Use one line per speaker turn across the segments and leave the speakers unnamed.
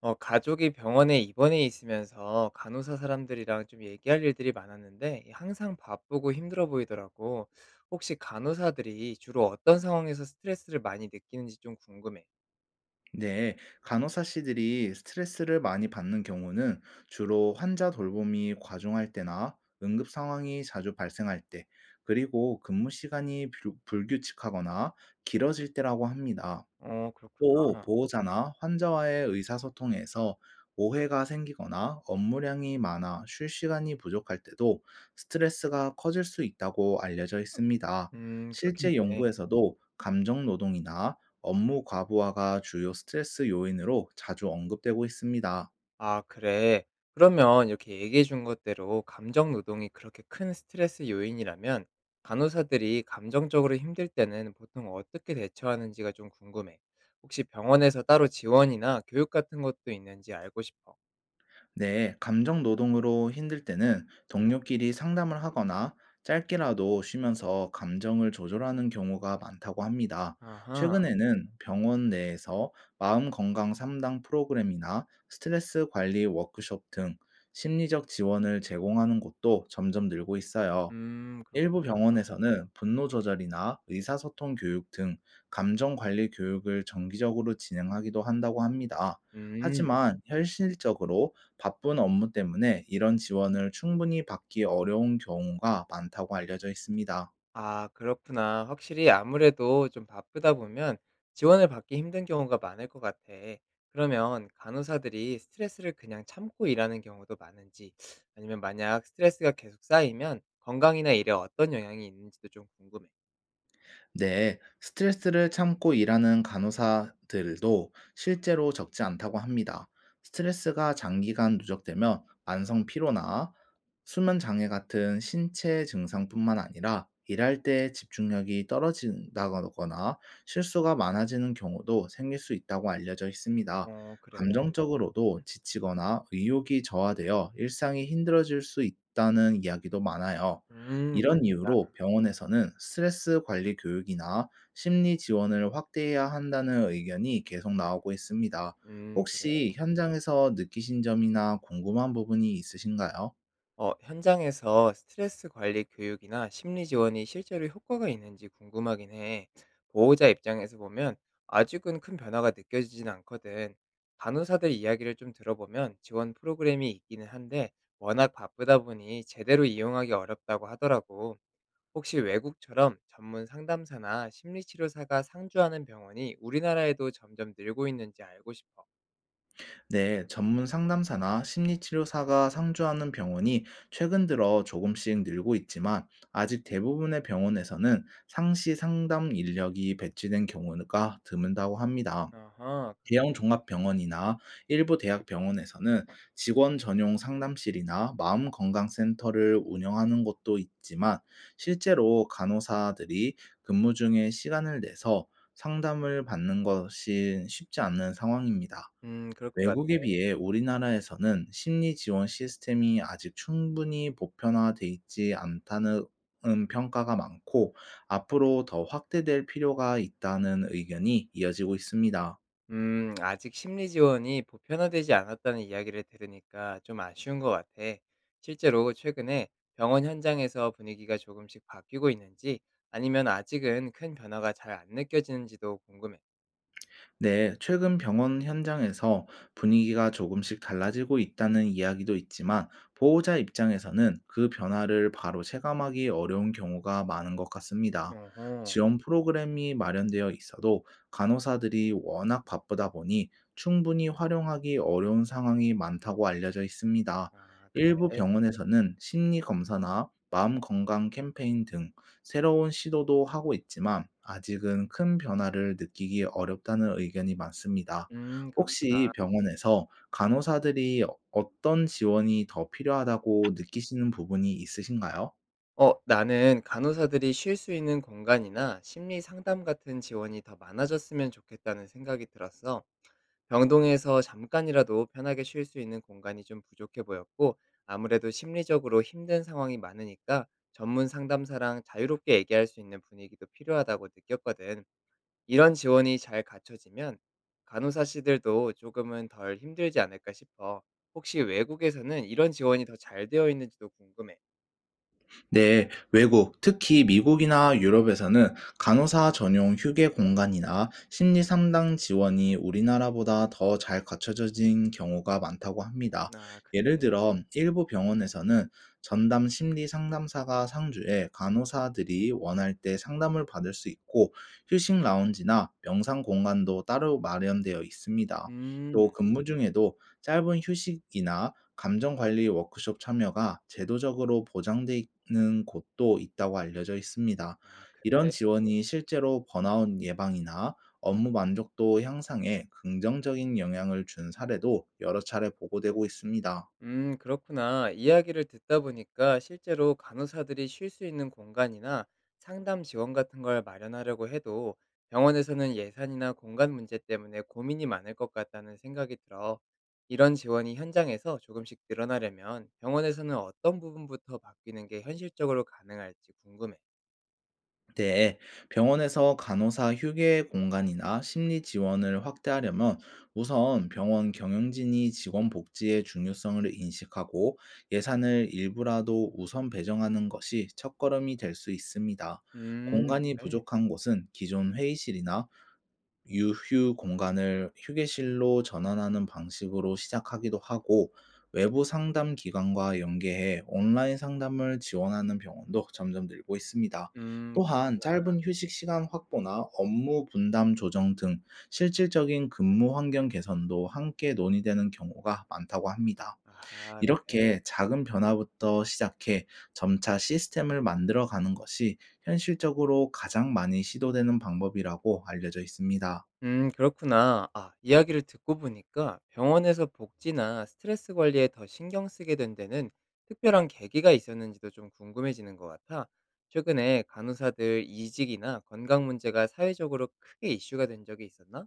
어, 가족이 병원에 입원해 있으면서 간호사 사람들이랑 좀 얘기할 일들이 많았는데 항상 바쁘고 힘들어 보이더라고. 혹시 간호사들이 주로 어떤 상황에서 스트레스를 많이 느끼는지 좀 궁금해.
네, 간호사 씨들이 스트레스를 많이 받는 경우는 주로 환자 돌봄이 과중할 때나 응급 상황이 자주 발생할 때, 그리고 근무 시간이 불규칙하거나 길어질 때라고 합니다.
어,
또
그렇구나.
보호자나 환자와의 의사소통에서 오해가 생기거나 업무량이 많아 쉴 시간이 부족할 때도 스트레스가 커질 수 있다고 알려져 있습니다.
그렇겠네.
실제 연구에서도 감정 노동이나 업무 과부하가 주요 스트레스 요인으로 자주 언급되고 있습니다.
아, 그래. 그러면 이렇게 얘기해 준 것대로 감정 노동이 그렇게 큰 스트레스 요인이라면 간호사들이 감정적으로 힘들 때는 보통 어떻게 대처하는지가 좀 궁금해. 혹시 병원에서 따로 지원이나 교육 같은 것도 있는지 알고 싶어.
네, 감정 노동으로 힘들 때는 동료끼리 상담을 하거나 짧게라도 쉬면서 감정을 조절하는 경우가 많다고 합니다.
아하.
최근에는 병원 내에서 마음 건강 상담 프로그램이나 스트레스 관리 워크숍 등 심리적 지원을 제공하는 곳도 점점 늘고 있어요. 일부
그렇구나.
병원에서는 분노 조절이나 의사소통 교육 등 감정 관리 교육을 정기적으로 진행하기도 한다고 합니다.
음.
하지만 현실적으로 바쁜 업무 때문에 이런 지원을 충분히 받기 어려운 경우가 많다고 알려져 있습니다.
아, 그렇구나. 확실히 아무래도 좀 바쁘다 보면 지원을 받기 힘든 경우가 많을 것 같아. 그러면 간호사들이 스트레스를 그냥 참고 일하는 경우도 많은지, 아니면 만약 스트레스가 계속 쌓이면 건강이나 일에 어떤 영향이 있는지도 좀 궁금해.
네, 스트레스를 참고 일하는 간호사들도 실제로 적지 않다고 합니다. 스트레스가 장기간 누적되면 만성 피로나 수면 장애 같은 신체 증상뿐만 아니라 일할 때 집중력이 떨어진다거나 실수가 많아지는 경우도 생길 수 있다고 알려져 있습니다.
어, 그래.
감정적으로도 지치거나 의욕이 저하되어 일상이 힘들어질 수 있다는 이야기도 많아요. 이런 이유로
그렇겠다.
병원에서는 스트레스 관리 교육이나 심리 지원을 확대해야 한다는 의견이 계속 나오고 있습니다.
그래.
혹시 현장에서 느끼신 점이나 궁금한 부분이 있으신가요?
어, 현장에서 스트레스 관리 교육이나 심리 지원이 실제로 효과가 있는지 궁금하긴 해. 보호자 입장에서 보면 아직은 큰 변화가 느껴지진 않거든. 간호사들 이야기를 좀 들어보면 지원 프로그램이 있기는 한데 워낙 바쁘다 보니 제대로 이용하기 어렵다고 하더라고. 혹시 외국처럼 전문 상담사나 심리치료사가 상주하는 병원이 우리나라에도 점점 늘고 있는지 알고 싶어.
네, 전문 상담사나 심리치료사가 상주하는 병원이 최근 들어 조금씩 늘고 있지만 아직 대부분의 병원에서는 상시 상담 인력이 배치된 경우가 드문다고 합니다.
어허,
대형
그래.
종합병원이나 일부 대학병원에서는 직원 전용 상담실이나 마음건강센터를 운영하는 곳도 있지만 실제로 간호사들이 근무 중에 시간을 내서 상담을 받는 것이 쉽지 않은 상황입니다.
그럴 것 같아.
외국에 비해 우리나라에서는 심리 지원 시스템이 아직 충분히 보편화돼 있지 않다는 평가가 많고, 앞으로 더 확대될 필요가 있다는 의견이 이어지고 있습니다.
아직 심리 지원이 보편화되지 않았다는 이야기를 들으니까 좀 아쉬운 것 같아. 실제로 최근에 병원 현장에서 분위기가 조금씩 바뀌고 있는지 아니면 아직은 큰 변화가 잘 안 느껴지는지도 궁금해.
네, 최근 병원 현장에서 분위기가 조금씩 달라지고 있다는 이야기도 있지만 보호자 입장에서는 그 변화를 바로 체감하기 어려운 경우가 많은 것 같습니다.
어허.
지원 프로그램이 마련되어 있어도 간호사들이 워낙 바쁘다 보니 충분히 활용하기 어려운 상황이 많다고 알려져 있습니다.
아,
일부
그래.
병원에서는 심리 검사나 마음 건강 캠페인 등 새로운 시도도 하고 있지만 아직은 큰 변화를 느끼기 어렵다는 의견이 많습니다.
그렇구나.
혹시 병원에서 간호사들이 어떤 지원이 더 필요하다고 느끼시는 부분이 있으신가요?
어, 나는 간호사들이 쉴 수 있는 공간이나 심리 상담 같은 지원이 더 많아졌으면 좋겠다는 생각이 들었어. 병동에서 잠깐이라도 편하게 쉴 수 있는 공간이 좀 부족해 보였고, 아무래도 심리적으로 힘든 상황이 많으니까 전문 상담사랑 자유롭게 얘기할 수 있는 분위기도 필요하다고 느꼈거든. 이런 지원이 잘 갖춰지면 간호사 씨들도 조금은 덜 힘들지 않을까 싶어. 혹시 외국에서는 이런 지원이 더 잘 되어 있는지도 궁금해.
네, 외국, 특히 미국이나 유럽에서는 간호사 전용 휴게 공간이나 심리 상담 지원이 우리나라보다 더 잘 갖춰진 경우가 많다고 합니다.
아, 그래.
예를 들어, 일부 병원에서는 전담 심리 상담사가 상주해 간호사들이 원할 때 상담을 받을 수 있고, 휴식 라운지나 명상 공간도 따로 마련되어 있습니다. 또
음.
근무 중에도 짧은 휴식이나 감정 관리 워크숍 참여가 제도적으로 보장되는 곳도 있다고 알려져 있습니다.
아, 그래.
이런 지원이 실제로 번아웃 예방이나 업무 만족도 향상에 긍정적인 영향을 준 사례도 여러 차례 보고되고 있습니다.
그렇구나. 이야기를 듣다 보니까 실제로 간호사들이 쉴 수 있는 공간이나 상담 지원 같은 걸 마련하려고 해도 병원에서는 예산이나 공간 문제 때문에 고민이 많을 것 같다는 생각이 들어. 이런 지원이 현장에서 조금씩 늘어나려면 병원에서는 어떤 부분부터 바뀌는 게 현실적으로 가능할지 궁금해.
네, 병원에서 간호사 휴게 공간이나 심리 지원을 확대하려면 우선 병원 경영진이 직원 복지의 중요성을 인식하고 예산을 일부라도 우선 배정하는 것이 첫걸음이 될 수 있습니다. 공간이
그래.
부족한 곳은 기존 회의실이나 유휴 공간을 휴게실로 전환하는 방식으로 시작하기도 하고, 외부 상담 기관과 연계해 온라인 상담을 지원하는 병원도 점점 늘고 있습니다. 또한
그렇구나.
짧은 휴식 시간 확보나 업무 분담 조정 등 실질적인 근무 환경 개선도 함께 논의되는 경우가 많다고 합니다.
아하, 그래.
이렇게 작은 변화부터 시작해 점차 시스템을 만들어 가는 것이 현실적으로 가장 많이 시도되는 방법이라고 알려져 있습니다.
그렇구나. 아, 이야기를 듣고 보니까 병원에서 복지나 스트레스 관리에 더 신경 쓰게 된 데는 특별한 계기가 있었는지도 좀 궁금해지는 것 같아. 최근에 간호사들 이직이나 건강 문제가 사회적으로 크게 이슈가 된 적이 있었나?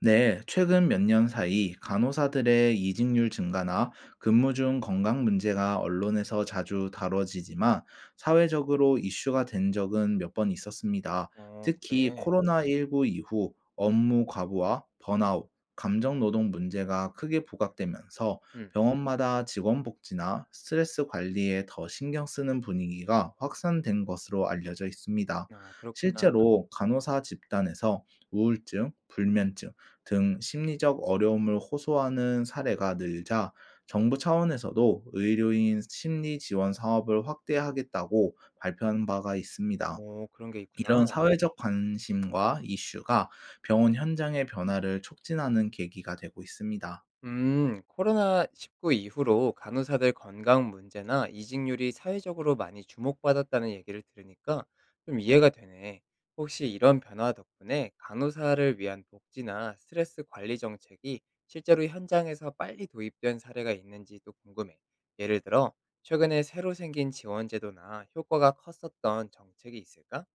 네, 최근 몇 년 사이 간호사들의 이직률 증가나 근무 중 건강 문제가 언론에서 자주 다뤄지지만 사회적으로 이슈가 된 적은 몇 번 있었습니다.
어,
특히
그래.
코로나19 이후 업무 과부와 번아웃, 감정 노동 문제가 크게 부각되면서
음.
병원마다 직원 복지나 스트레스 관리에 더 신경 쓰는 분위기가 확산된 것으로 알려져 있습니다.
아, 그렇구나.
실제로 간호사 집단에서 우울증, 불면증 등 심리적 어려움을 호소하는 사례가 늘자 정부 차원에서도 의료인 심리 지원 사업을 확대하겠다고 발표한 바가 있습니다.
오, 그런 게 있구나.
이런 사회적 관심과 이슈가 병원 현장의 변화를 촉진하는 계기가 되고 있습니다.
코로나19 이후로 간호사들 건강 문제나 이직률이 사회적으로 많이 주목받았다는 얘기를 들으니까 좀 이해가 되네. 혹시 이런 변화 덕분에 간호사를 위한 복지나 스트레스 관리 정책이 실제로 현장에서 빨리 도입된 사례가 있는지도 궁금해. 예를 들어, 최근에 새로 생긴 지원제도나 효과가 컸었던 정책이 있을까?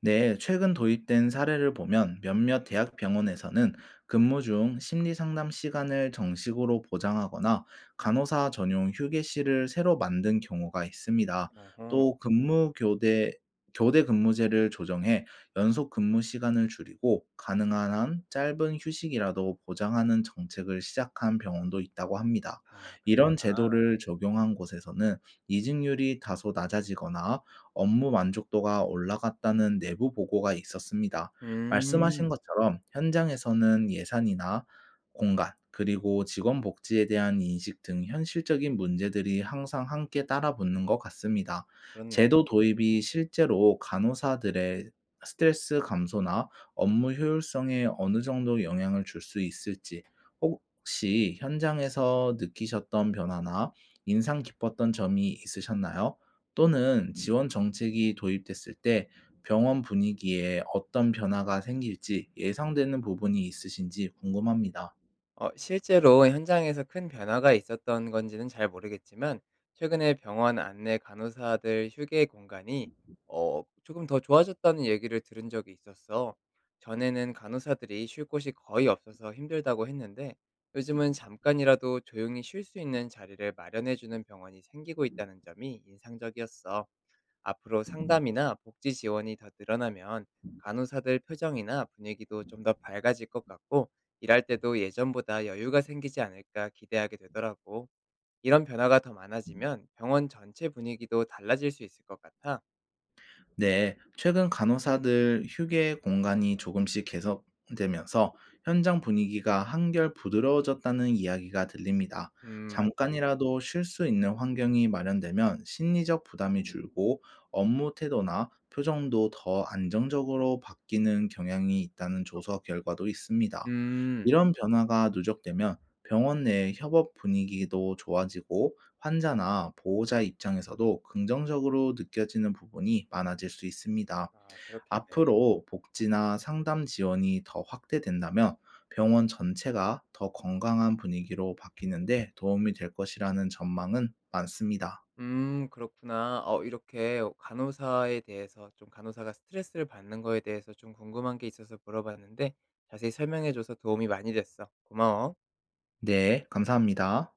네, 최근 도입된 사례를 보면 몇몇 대학 병원에서는 근무 중 심리 상담 시간을 정식으로 보장하거나 간호사 전용 휴게실을 새로 만든 경우가 있습니다.
어허.
또 근무 교대 교대 근무제를 조정해 연속 근무 시간을 줄이고 가능한 한 짧은 휴식이라도 보장하는 정책을 시작한 병원도 있다고 합니다.
아,
이런
그렇구나.
제도를 적용한 곳에서는 이직률이 다소 낮아지거나 업무 만족도가 올라갔다는 내부 보고가 있었습니다. 음. 말씀하신
음,
것처럼 현장에서는 예산이나 공간, 그리고 직원 복지에 대한 인식 등 현실적인 문제들이 항상 함께 따라붙는 것 같습니다.
그렇네.
제도 도입이 실제로 간호사들의 스트레스 감소나 업무 효율성에 어느 정도 영향을 줄 수 있을지, 혹시 현장에서 느끼셨던 변화나 인상 깊었던 점이 있으셨나요? 또는 지원 정책이 도입됐을 때 병원 분위기에 어떤 변화가 생길지 예상되는 부분이 있으신지 궁금합니다.
실제로 현장에서 큰 변화가 있었던 건지는 잘 모르겠지만 최근에 병원 안내 간호사들 휴게 공간이 조금 더 좋아졌다는 얘기를 들은 적이 있었어. 전에는 간호사들이 쉴 곳이 거의 없어서 힘들다고 했는데 요즘은 잠깐이라도 조용히 쉴 수 있는 자리를 마련해 주는 병원이 생기고 있다는 점이 인상적이었어. 앞으로 상담이나 복지 지원이 더 늘어나면 간호사들 표정이나 분위기도 좀 더 밝아질 것 같고 일할 때도 예전보다 여유가 생기지 않을까 기대하게 되더라고. 이런 변화가 더 많아지면 병원 전체 분위기도 달라질 수 있을 것 같아.
네, 최근 간호사들 휴게 공간이 조금씩 개선되면서 현장 분위기가 한결 부드러워졌다는 이야기가 들립니다.
맞아.
잠깐이라도 쉴 수 있는 환경이 마련되면 심리적 부담이 줄고 업무 태도나 표정도 더 안정적으로 바뀌는 경향이 있다는 조사 결과도 있습니다.
음.
이런 변화가 누적되면 병원 내 협업 분위기도 좋아지고 환자나 보호자 입장에서도 긍정적으로 느껴지는 부분이 많아질 수 있습니다.
아, 그렇겠네.
앞으로 복지나 상담 지원이 더 확대된다면 병원 전체가 더 건강한 분위기로 바뀌는데 도움이 될 것이라는 전망은 많습니다.
그렇구나. 어, 이렇게 간호사에 대해서 좀 간호사가 스트레스를 받는 거에 대해서 좀 궁금한 게 있어서 물어봤는데 자세히 설명해줘서 도움이 많이 됐어. 고마워.
네, 감사합니다.